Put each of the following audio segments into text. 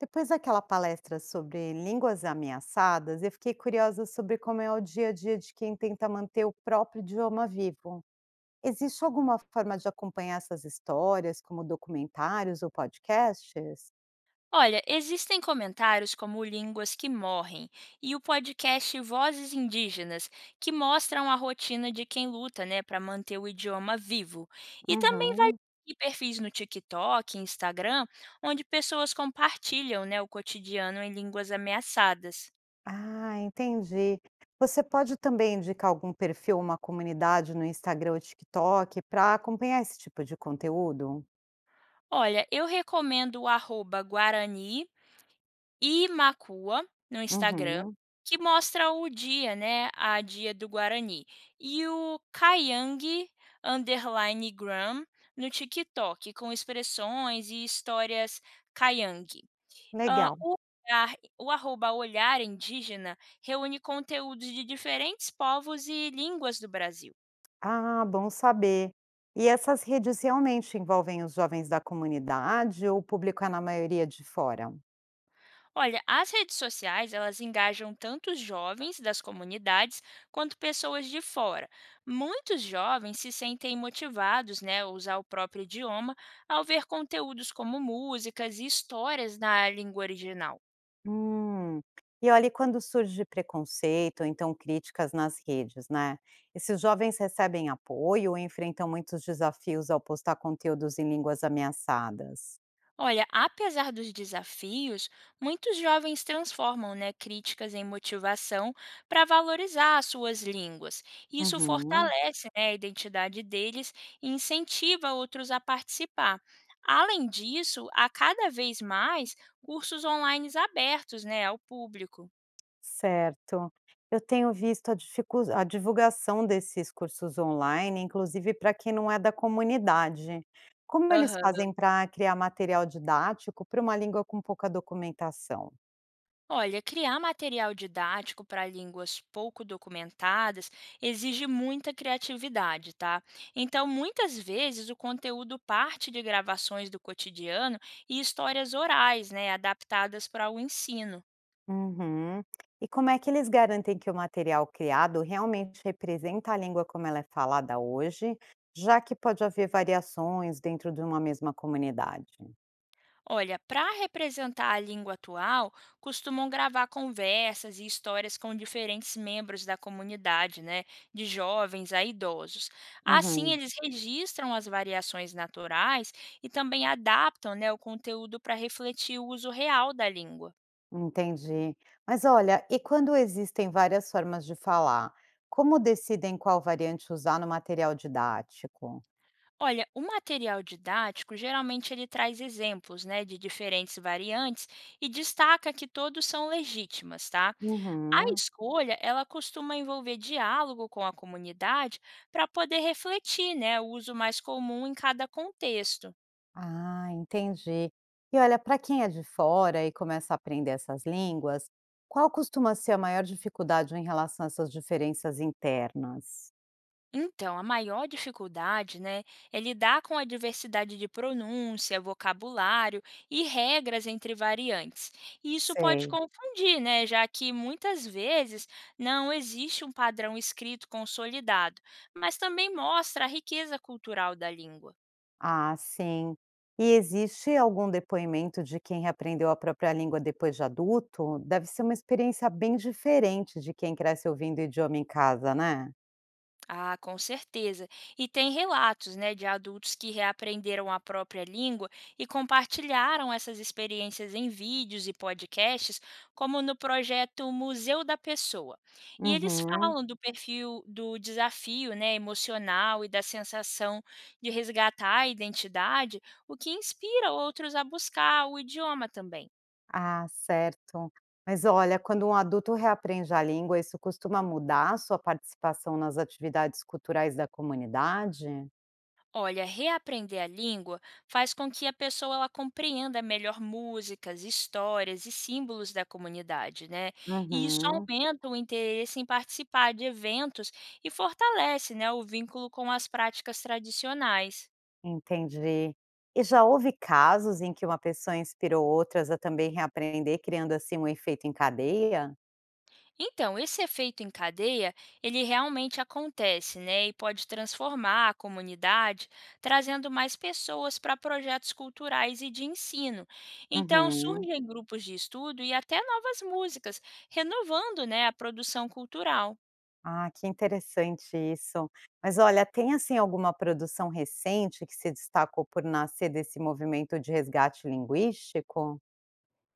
Depois daquela palestra sobre línguas ameaçadas, eu fiquei curiosa sobre como é o dia a dia de quem tenta manter o próprio idioma vivo. Existe alguma forma de acompanhar essas histórias, como documentários ou podcasts? Olha, existem comentários como Línguas que Morrem e o podcast Vozes Indígenas, que mostram a rotina de quem luta, né, para manter o idioma vivo. E também vai Uhum. ter perfis no TikTok, Instagram, onde pessoas compartilham, né, o cotidiano em línguas ameaçadas. Ah, entendi. Você pode também indicar algum perfil, uma comunidade no Instagram ou TikTok para acompanhar esse tipo de conteúdo? Olha, eu recomendo o arroba Guarani Imakua no Instagram, Uhum. que mostra o dia, né, a dia do Guarani. E o Kayang underline Gram no TikTok, com expressões e histórias Kaiang. Hã, Legal. o olhar o arroba olhar indígena reúne conteúdos de diferentes povos e línguas do Brasil. Ah, bom saber. E essas redes realmente envolvem os jovens da comunidade ou o público é na maioria de fora? Olha, as redes sociais, elas engajam tanto os jovens das comunidades quanto pessoas de fora. Muitos jovens se sentem motivados, né, a usar o próprio idioma ao ver conteúdos como músicas e histórias na língua original. Hum. E olha, e quando surge preconceito ou então críticas nas redes, né? Esses jovens recebem apoio ou enfrentam muitos desafios ao postar conteúdos em línguas ameaçadas? Olha, apesar dos desafios, muitos jovens transformam, né, críticas em motivação para valorizar as suas línguas. Isso Uhum. fortalece, né, a identidade deles e incentiva outros a participar. Além disso, há cada vez mais cursos online abertos, né, ao público. Certo. Eu tenho visto a divulgação desses cursos online, inclusive para quem não é da comunidade. Como eles Aham. fazem para criar material didático para uma língua com pouca documentação? Olha, criar material didático para línguas pouco documentadas exige muita criatividade, tá? Então, muitas vezes o conteúdo parte de gravações do cotidiano e histórias orais, né, adaptadas para o ensino. Uhum. E como é que eles garantem que o material criado realmente representa a língua como ela é falada hoje, já que pode haver variações dentro de uma mesma comunidade? Olha, para representar a língua atual, costumam gravar conversas e histórias com diferentes membros da comunidade, né, de jovens a idosos. Assim, Uhum. eles registram as variações naturais e também adaptam, né, o conteúdo para refletir o uso real da língua. Entendi. Mas olha, e quando existem várias formas de falar, como decidem qual variante usar no material didático? Olha, o material didático geralmente ele traz exemplos, né, de diferentes variantes e destaca que todos são legítimas, tá? A Uhum. escolha, ela costuma envolver diálogo com a comunidade para poder refletir, né, o uso mais comum em cada contexto. Ah, entendi. E olha, para quem é de fora e começa a aprender essas línguas, qual costuma ser a maior dificuldade em relação a essas diferenças internas? Então, a maior dificuldade, né, é lidar com a diversidade de pronúncia, vocabulário e regras entre variantes. E isso pode Sei. confundir, né, já que muitas vezes não existe um padrão escrito consolidado, mas também mostra a riqueza cultural da língua. Ah, sim. E existe algum depoimento de quem reaprendeu a própria língua depois de adulto? Deve ser uma experiência bem diferente de quem cresce ouvindo o idioma em casa, né? Ah, com certeza. E tem relatos, né, de adultos que reaprenderam a própria língua e compartilharam essas experiências em vídeos e podcasts, como no projeto Museu da Pessoa. E eles Uhum. falam do perfil do desafio, né, emocional e da sensação de resgatar a identidade, o que inspira outros a buscar o idioma também. Ah, certo. Mas olha, quando um adulto reaprende a língua, isso costuma mudar a sua participação nas atividades culturais da comunidade? Olha, reaprender a língua faz com que a pessoa ela compreenda melhor músicas, histórias e símbolos da comunidade, né? E isso Uhum. aumenta o interesse em participar de eventos e fortalece, né, o vínculo com as práticas tradicionais. Entendi. E já houve casos em que uma pessoa inspirou outras a também reaprender, criando assim um efeito em cadeia? Então, esse efeito em cadeia, ele realmente acontece, né? E pode transformar a comunidade, trazendo mais pessoas para projetos culturais e de ensino. Então, Uhum. surgem grupos de estudo e até novas músicas, renovando, né, a produção cultural. Ah, que interessante isso. Mas olha, tem assim alguma produção recente que se destacou por nascer desse movimento de resgate linguístico?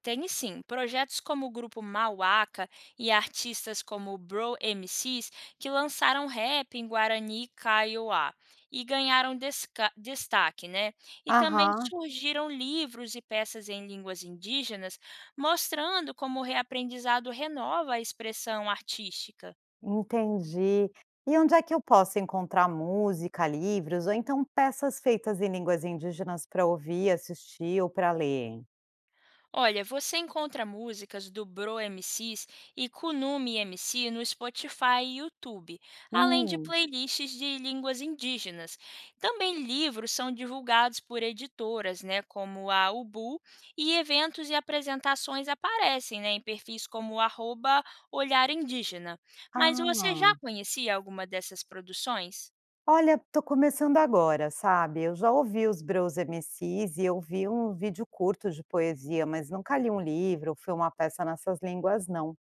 Tem sim, projetos como o grupo Mauaca e artistas como o Bro MCs que lançaram rap em Guarani e Kaiowá e ganharam destaque, né? E também Aham, surgiram livros e peças em línguas indígenas mostrando como o reaprendizado renova a expressão artística. entendi. E onde é que eu posso encontrar música, livros ou então peças feitas em línguas indígenas para ouvir, assistir ou para ler? Olha, você encontra músicas do Bro MCs e Kunumi MC no Spotify e YouTube, além de Hum, playlists de línguas indígenas. Também livros são divulgados por editoras, né, como a Ubu, e eventos e apresentações aparecem, né, em perfis como arroba Olhar Indígena. Mas você já ah. conhecia alguma dessas produções? Olha, tô começando agora, sabe, eu já ouvi os Bros MCs e eu vi um vídeo curto de poesia, mas nunca li um livro ou foi uma peça nessas línguas não.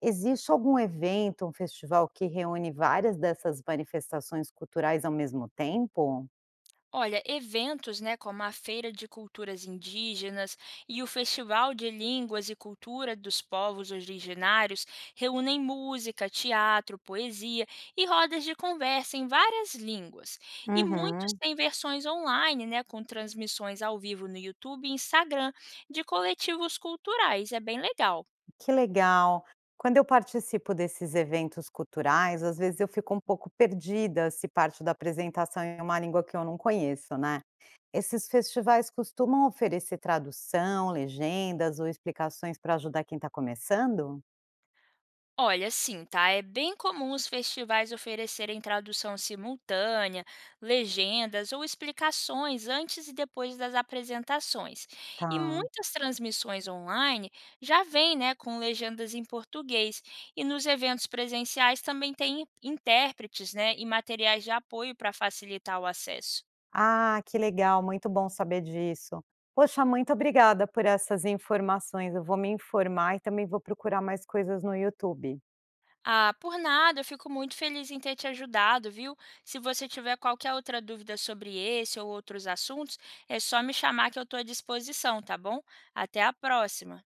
Existe algum evento, um festival que reúne várias dessas manifestações culturais ao mesmo tempo? Olha, eventos, né, como a Feira de Culturas Indígenas e o Festival de Línguas e Cultura dos Povos Originários reúnem música, teatro, poesia e rodas de conversa em várias línguas. E muitos Uhum. têm versões online, né, com transmissões ao vivo no YouTube e Instagram de coletivos culturais. É bem legal. Que legal. Quando eu participo desses eventos culturais, às vezes eu fico um pouco perdida se parte da apresentação é uma língua que eu não conheço, né? Esses festivais costumam oferecer tradução, legendas ou explicações para ajudar quem está começando? Olha, sim, tá? É bem comum os festivais oferecerem tradução simultânea, legendas ou explicações antes e depois das apresentações. E Tá. muitas transmissões online já vêm, né, com legendas em português. E nos eventos presenciais também tem intérpretes, né, e materiais de apoio para facilitar o acesso. Ah, que legal, muito bom saber disso. Poxa, muito obrigada por essas informações. Eu vou me informar e também vou procurar mais coisas no YouTube. Ah, por nada, eu fico muito feliz em ter te ajudado, viu? Se você tiver qualquer outra dúvida sobre esse ou outros assuntos, é só me chamar que eu estou à disposição, tá bom? Até a próxima!